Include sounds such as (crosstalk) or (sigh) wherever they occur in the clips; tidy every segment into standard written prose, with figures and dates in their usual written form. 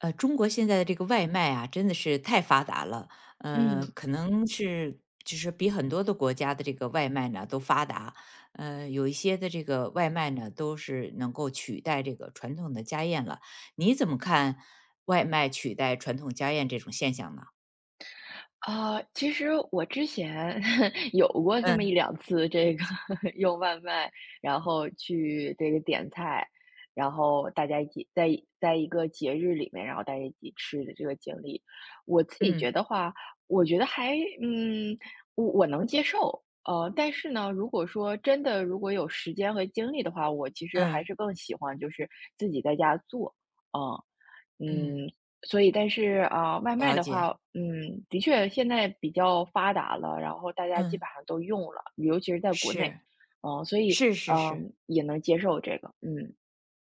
中国现在的这个外卖啊，真的是太发达了，嗯，可能是就是比很多的国家的这个外卖呢都发达，有一些的这个外卖呢都是能够取代这个传统的家宴了。你怎么看外卖取代传统家宴这种现象呢？啊，其实我之前 (laughs) 有过这么一嗯两次，这个 (laughs) 用外卖，然后去这个点菜，然后大家一起在一个节日里面，然后大家一起吃的这个经历，我自己觉嗯得话，我觉得嗯，我能接受，但是呢，如果说真的如果有时间和精力的话，我其实还嗯是更喜欢就是自己在家做。嗯。嗯，嗯，所以但是，啊，外卖了的解，话，的确现在比较发达了，然后大家基嗯，本上都用了，尤其是在国内。是所以，是是是。也能接受这个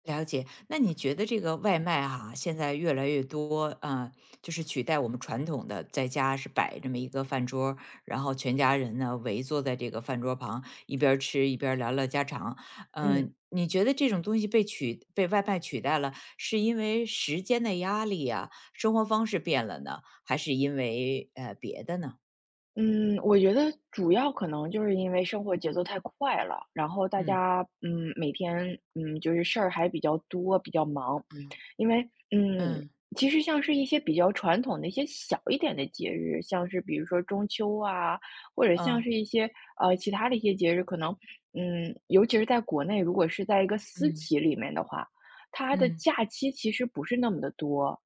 了解，那你觉得这个外卖哈、现在越来越多，啊，就是取代我们传统的在家是摆这么一个饭桌儿然后全家人呢围坐在这个饭桌旁，一边儿吃一边儿聊聊家常。嗯。嗯、你觉得这种东西被外卖取代了，是因为时间的压力啊，生活方式变了呢，还是因为别的呢？嗯，我觉得主要可能就是因为生活节奏太快了，然后大嗯家每天就是事儿还比较多，比较忙。嗯因为嗯嗯其实像是一些比较传统的一些小一点的节日，像是比如说中秋啊，或者像嗯是一些其他的一些节日，可能尤其是在国内，如果是在一个私嗯企里面的话，它的嗯，假期其实不是那么的多。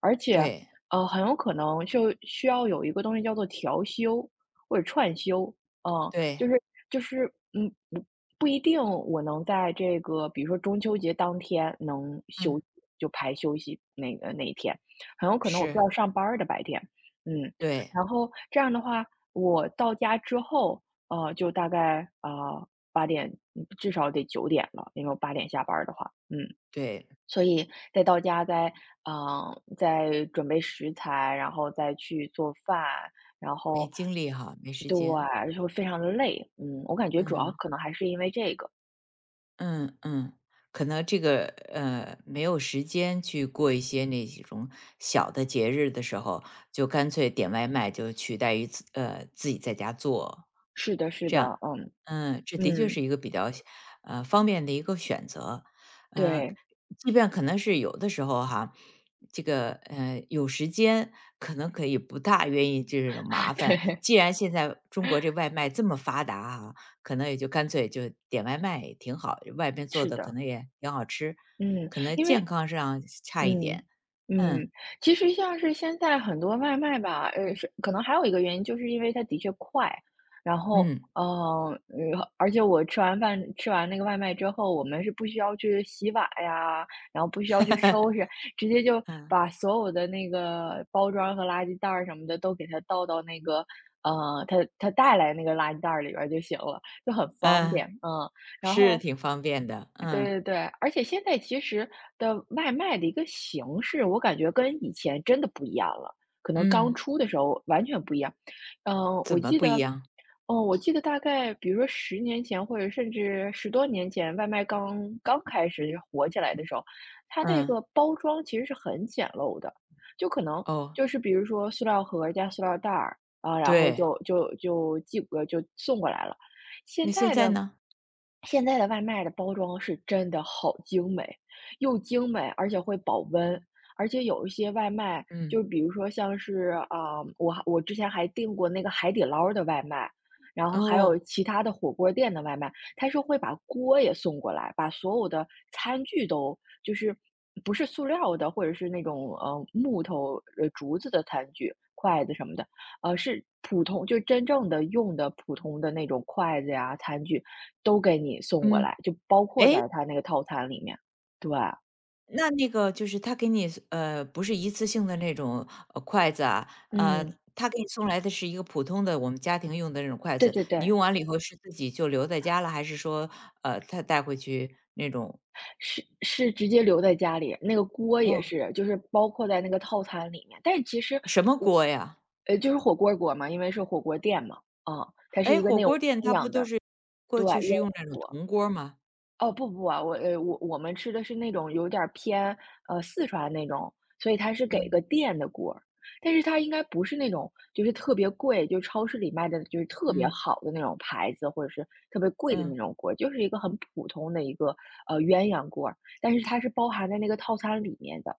而且，对很有可能就需要有一个东西叫做调休或者串休。嗯，就对，是就是，嗯，不不一定我能在这个，比如说中秋节当天能嗯休息，就排休息那个那一天，很有可能我是是，要上班儿的白天。嗯，对然后这样的话，我到家之后，就大概啊八点，至少得9点了，因为我八点下班儿的话。嗯。对。所以再到家再，嗯，再准备食材，然后再去做饭。然没后精力哈，没时对，间。就会非常的累。嗯，我感觉主要嗯可能还是因为这个。嗯嗯，可能这个没有时间去过一些那几种小的节日的时候，就干脆点外卖，就取代于自己在家做。是的是这的。样，嗯，嗯，这的确是嗯，一个比较方便的一个选择。呃，对， 即便可能是有的时候哈，这个有时间，可能可以不大愿意这种麻 (laughs)，烦。对，既然现在中国这外卖这么发达啊，可能也就干脆就点外卖也挺好，外边做是的可的，能也挺好吃，嗯。可能因健为康上差一嗯，点。嗯，嗯其实像是现在很多外卖吧，是可能还有一个原因，就是因为它的确快。然后，嗯 而且我吃完那个外卖之后，我们是不需要去洗碗呀，然后不需要去 (laughs) 收拾，直接就嗯把所有的那个包装和垃圾袋儿什么的都给它倒到那个，它带来那个垃圾袋儿里边儿就行了，就很方便。嗯，嗯。然是后挺方便的。对嗯对对，而且现在其实的外卖的一个形式，我感觉跟以前真的不一样了，可能刚嗯，出的时候完全不一样。嗯，我怎么记不得，一样？嗯,我记得大概比如说10年前，或者甚至10多年前，外卖刚刚开始火起来的时候，它那嗯，个包装其实是很简陋的，就可能哦，就是比如说塑料盒加塑料袋儿啊，然后对，就送过来了。现那现在在的呢？现在的外卖的包装是真的好精美，又精美，而且会保温。而且有一些外卖，嗯，就比如说像是啊、我之前还订过那个海底捞的外卖，然后还有哦，其他的火锅店的外卖，它是会把锅也送过来，把所有的餐具都就是不是塑料的，或者是那种木头竹子的餐具、筷子什么的，是普通就真正的用的普通的那种筷子呀、餐具都给你送过嗯，来，就包括诶，在它那个套餐里面。对。那个就是他给你不是一次性的那种，筷子啊，嗯，他给你送来的是一个普通的我们家庭用的那种筷对子，对你对，用完了以后是自己就留在家了，还是说，他带回去那种是直接留在家里，那个锅也哦，是，就是包括在那个套餐里面。但是其实什么我锅呀？就是火锅儿锅嘛，因为是火锅店嘛，啊，它是诶，一个火那种锅店鸳他不鸯都的。是过对，鸳去鸯是用那种锅。铜锅吗？哦，不啊，我们吃的是那种有点儿偏，四川那种，所以它是给嗯，个电的锅儿。但是它应该不是那种就是特别贵，就超市里卖的就是特别嗯，好的那种牌子，或者是特别贵的那嗯。种锅儿，就是一个很普通的一个，鸳鸯锅儿，但是它是包含在那个套餐里面的，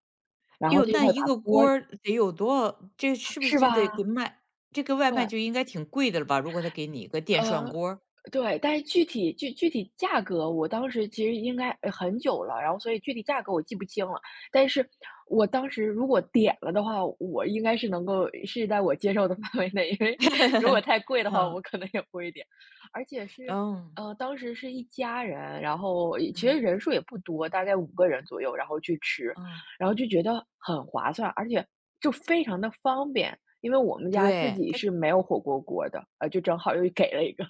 然后哟，它就那会一把个锅，锅儿得有多少这是不是是就吧？得给卖这个外卖对，就应该挺贵的了吧？如果他给你一个电涮呃。锅儿。对，但是具体具体价格，我当时其实应该很久了，然后所以具体价格我记不清了。但是我当时如果点了的话，我应该是能够是在我接受的 (laughs) 范围内，因为如果 (laughs) 太贵的话，我嗯，可能也不会点。而且是，哦，当时是一家人，然后其实嗯，人数也不多，大概5个人左右，然后去吃。哦，然后就觉得很划算，而且就非常的方便。因为我们家自对，己是没有火锅锅的，就正好又给了一个。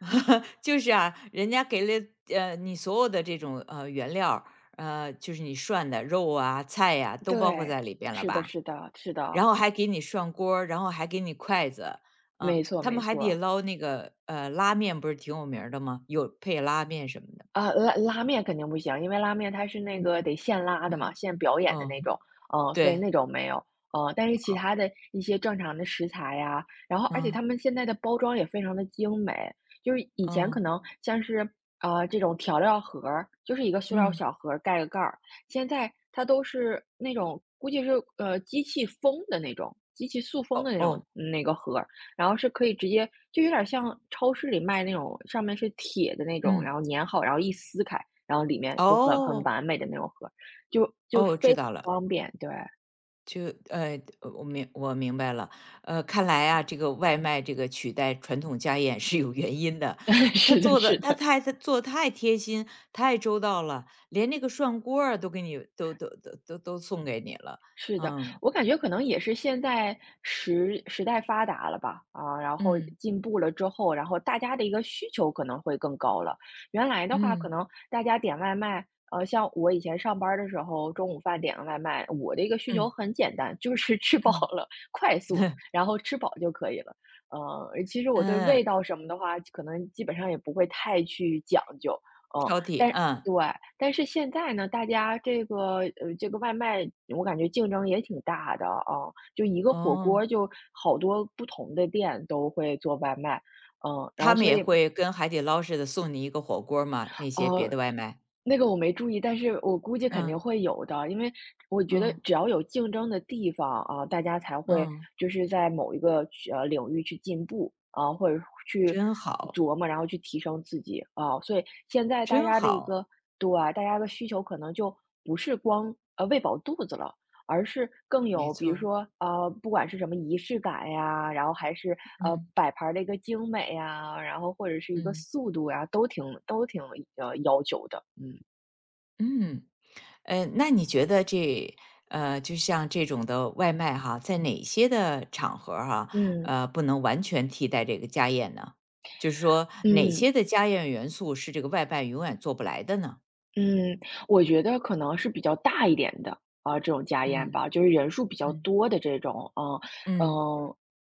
(laughs) 就是啊，人家给了，你所有的这种，原料儿就是你涮的肉啊、菜呀都包括对，在里边了是的吧？是的是的。然后还给你涮锅儿然后还给你筷子，嗯，没错他没们海底错。捞那个，拉面不是挺有名儿的吗？有配拉面什么的，啊，拉面肯定不行，因为拉面它是那个得现拉的嗯，嘛，现表演的哦。那种。所以对，那种没有。但是其哦，他的一些正常的食材呀，然后而且他嗯，们现在的包装也非常的精美。就是以前可哦，能像是，啊这种调料盒儿，就是一个塑料嗯，小盒儿盖个盖儿。现在它都是那种估计是，机器封的那种，机器塑封的哦那种哦，那个盒，然后是可以直接就有点像超市里卖那种上面是铁的那种，然嗯，后粘好，然后一撕开，然后里面就很很哦，完美的那种盒儿，就哦，非知常道了，方便。对，就我明白了，看来啊，这个外卖这个取代传统家宴是有原因的，(laughs) 他是的做是的他的。太他做得太贴心，太周到了，连那个涮锅儿啊都给你都送给你了，是的，嗯我感觉可能也是现在时代发达了吧，啊，然后嗯进步了之后，然后大家的一个需求可能会更高了。原来的话，可嗯能大家点外卖，像我以前上班儿的时候，中午饭点个外卖，我的一个需求嗯很简单，就是 (laughs) 吃饱嗯 了，快速，(laughs) 然后吃饱就可以了。其实我对嗯，味道什么的话，可能基本上也不会太去讲究。嗯，挑剔，但嗯，对，但是现在呢，大家这个外卖我感觉竞争也挺大的啊，就一个火锅哦。儿就好多不同的店都会做外卖。然他后们所也以会跟海底捞似的送你一个火锅儿吗？那些别呃，的外卖。那个我没注意，但是我估计肯定嗯，会有的，因为我觉得嗯，只要有竞争的地方啊，大家才会嗯，就是在某一个领域去进步啊，或者去真好，琢磨，然后去提升自己啊。所以现在大真家的一好，个。对啊，大家的需求可能就不是光喂饱肚子了，而是更没有比错如儿。说，不管是什么仪式感呀，然后还是，嗯，摆盘儿的一个精美呀，然后或者是一个嗯，速度呀，都挺，要求的。嗯。嗯。那你觉得就像这种的外卖哈，在哪些的场合儿哈，嗯。不能完全替代这个家宴呢？就是说哪些嗯，的家宴元素是这个外卖永远做不来的呢？嗯，我觉得可能是比较大一点的，啊，这种家宴嗯，吧，就是人数比较嗯，多的这种。嗯嗯嗯，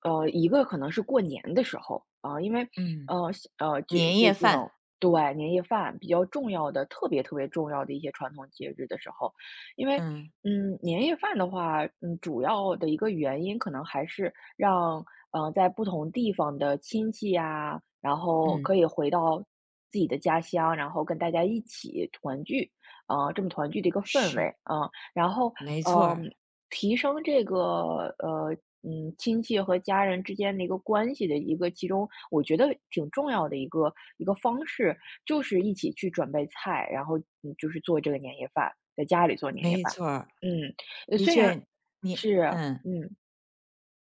一个可能是过年的时候，啊，因为，嗯，呃，就年就夜这种。饭，对，年夜饭比较重要的，特别特别重要的一些传统节日的时候。因为，嗯，年夜饭的话，主要的一个原因可能还是，让在不同地方的亲戚啊，然后嗯，可以回到自己的家乡，然后跟大家一起团聚，这么团聚的一个氛围是，啊、然后没错呃，儿。提升这个。嗯，亲戚和家人之间的一个关系的一个，其中我觉得挺重要的一个方式，就是一起去准备菜，然后嗯，就是做这个年夜饭，在家里做年夜没饭。错儿，嗯，的虽然确，你是嗯，嗯，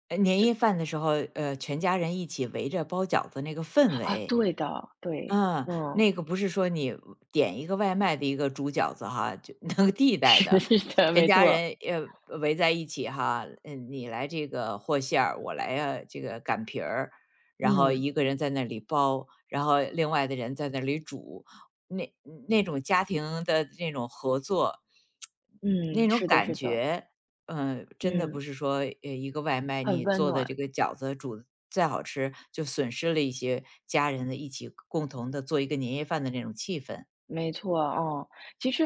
年夜饭的时候，全家人一起围着包饺子那个氛啊，围，对的，对，嗯，嗯，(laughs) 那个不是说你点一个外卖的一个煮饺子哈，就那个地带是的，的，是的，全没家错，人围在一起哈，嗯，你来这个和馅儿，我来这个擀皮儿，然后嗯，一个人在那里包，然后另外的人在那里煮，那那种家庭的那种合作，那嗯，种是的，感是的，觉。真的嗯，不是说，一个外卖很你温做的暖，这个饺子煮得再好吃，就损失了一些家人的一起共同的做一个年夜饭的那种气氛。没错，哦，其实，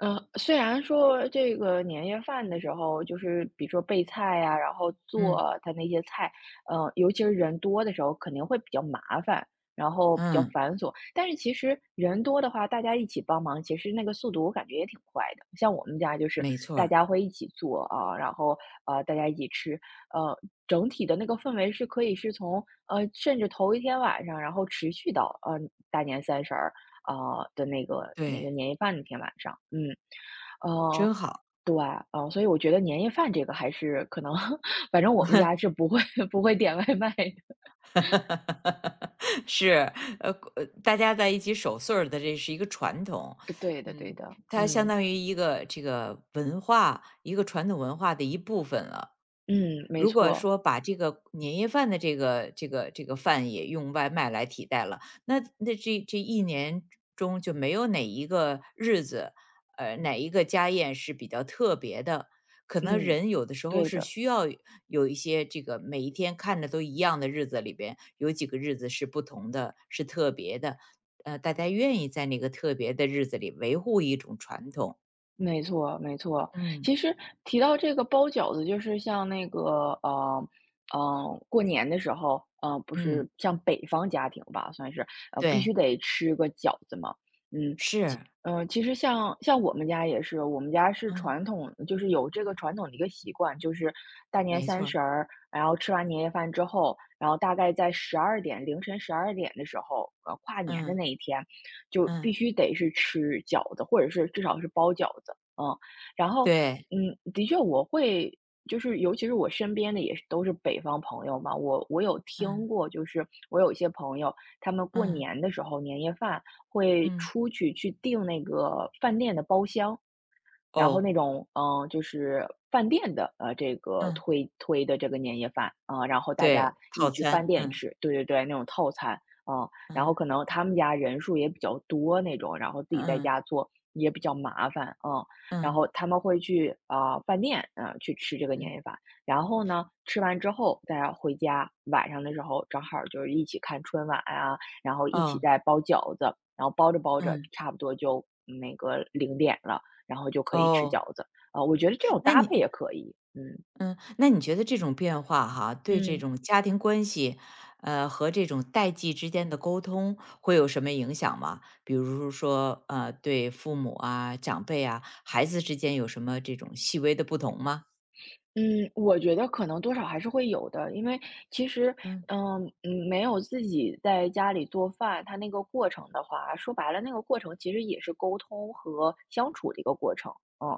虽然说这个年夜饭的时候，就是比如说备菜呀，然后嗯，做它那些菜，尤其是人多的时候，肯定会比较麻烦，然后比较嗯，繁琐。但是其实人多的话，大家一起帮忙，其实那个速度我感觉也挺快的。像我们家就是没错大儿，家会一起做啊，然后大家一起吃，呃，整体的那个氛围是可以是从甚至头一天晚上，然后持续到大年三十儿。啊的那个对，年夜饭那天晚上，嗯。呃，真好。对，所以我觉得年夜饭这个还是可能 (laughs) 反正我们家是不会 (laughs) 不会点外卖的。(laughs) 是，呃，大家在一起守岁儿的这是一个传统，对的对嗯，的，它相嗯，当于一个这个文化，一个传统文化的一部分了。嗯，没如果错，说把这个年夜饭的这个饭也用外卖来替代了，那这一年中就没有哪一个日子，哪一个家宴是比较特别的。可能嗯，人有的时候对是的，需要有一些这个每一天看着都一样的日子里边，有几个日子是不同的，是特别的。大家愿意在那个特别的日子里维护一种传统。没错没错。嗯其实提到这个包饺子，就是像那个，呃，嗯过年的时候，嗯，不嗯，是像北方家庭吧，算是，必须对，得吃个饺子嘛。嗯，是，嗯，其实像我们家也是，我们家是嗯，传统，就是有这个传统的一个习惯，就是大年没三错儿，十儿，然后吃完年夜饭之后，然后大概在十二点，凌晨十二点的时候，跨年的嗯那一天，就嗯。必须得是吃饺子，或者是至少是包饺子，嗯，然后，对，嗯，的确我会，就是尤其是我身边的也是都是北方朋友嘛，我有听嗯，过，就是我有一些朋友，他们过嗯，年的时候年夜饭。会嗯，出去去订那个饭店的包厢，然后那哦，种，嗯、就是饭店的，这个嗯，推的这个年夜饭啊、然后大家对，一起套去饭餐，店嗯，吃，对对对，那种套餐啊、然后嗯，可能他们家人数也比较多那种，然后自己在嗯，家做也比较麻烦，啊，然嗯，后他们会去啊、饭店，嗯、去吃这个年嗯，夜饭，然后呢，吃完之后再回家，晚上的时候正好就是一起看春晚啊，然后一起哦，再包饺子，然后包着包着，嗯，差不多就那个零点了。然后就可以吃哦，饺子。啊，我觉得这种那搭你配也可以，嗯。嗯，那你觉得这种变化哈，对这嗯。种家庭关系，和这种代际之间的沟通会有什么影响吗？比如说，对父母啊、长辈啊、孩子之间有什么这种细微的不同吗？嗯，我觉得可能多少还是会有的，因为其实，嗯，嗯，嗯，没有自己在家里做饭，它那个过程的话，说白了那个过程其实也是沟通和相处的一个过程，嗯，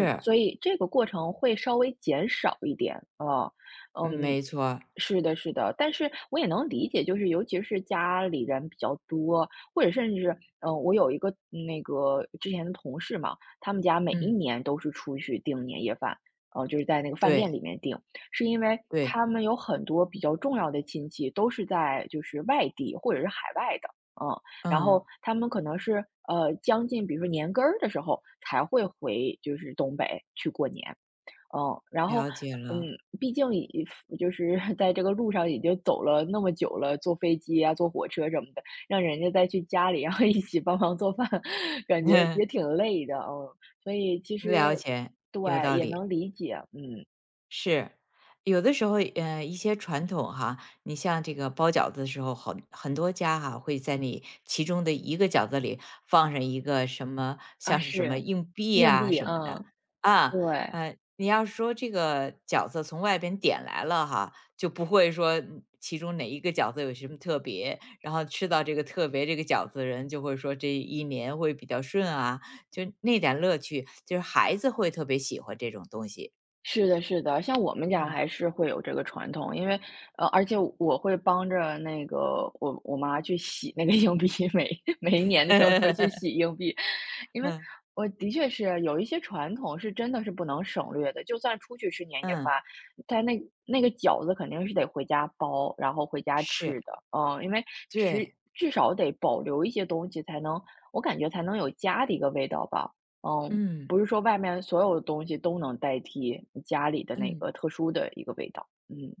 嗯，所以这个过程会稍微减少一点，啊嗯嗯。没错儿，是的，是的，但是我也能理解，就是尤其是家里人比较多，或者甚至，嗯，我有一个嗯那个之前的同事嘛，他们家每一嗯，年都是出去订年夜饭，就是在那个饭店对，里面订，是因为对，他们有很多比较重要的亲戚都是在就是外地或者是海外的，嗯，然嗯，后他们可能是将近比如说年根儿的时候才会回就是东北去过年，嗯，然后，了解嗯，了。毕竟已 (laughs) 就是在这个路上已经走了那么久了，坐飞机啊，坐火车什么的，让人家再去家里，然后一起帮忙做饭，(laughs) 感觉也 (laughs) 挺累的，嗯。所以其实了解，对，有道也理。能理解，嗯，是，有的时候，一些传统哈，你像这个包饺子的时候，好很多家哈会在你其中的一个饺子里放上一个什么，啊，像是什么是，硬币硬啊币，什么的嗯，啊，对，你要是说这个饺子从外边点来了哈，就不会说其中哪一个饺子有什么特别，然后吃到这个特别这个饺子的人就会说这一年会比较顺啊，就那点乐趣，就是孩子会特别喜欢这种东西，是的，是的。像我们家嗯。还是会有这个传统，因为而且我会帮着那个我妈去洗那个硬币，(laughs) 每每一年的时候都去洗 (laughs) 硬币，因为嗯我的确是有一些传统是真的是不能省略的，就算出去吃年夜嗯，饭，但那那个饺子肯定是得回家包，然后回家吃是，的。嗯，因为至对，至少得保留一些东西，才能我感觉才能有家的一个味道吧。嗯，嗯不是说外面所有的东西都能代替家里的那嗯，个特殊的一个味道。嗯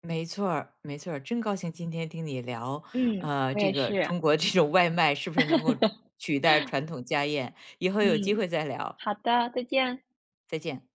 没错儿没错儿，真高兴今天听你聊，嗯，我这也个是。中国这种外卖是不是能够取代传统家宴？以后有机嗯，会再聊，好的，再见。再见。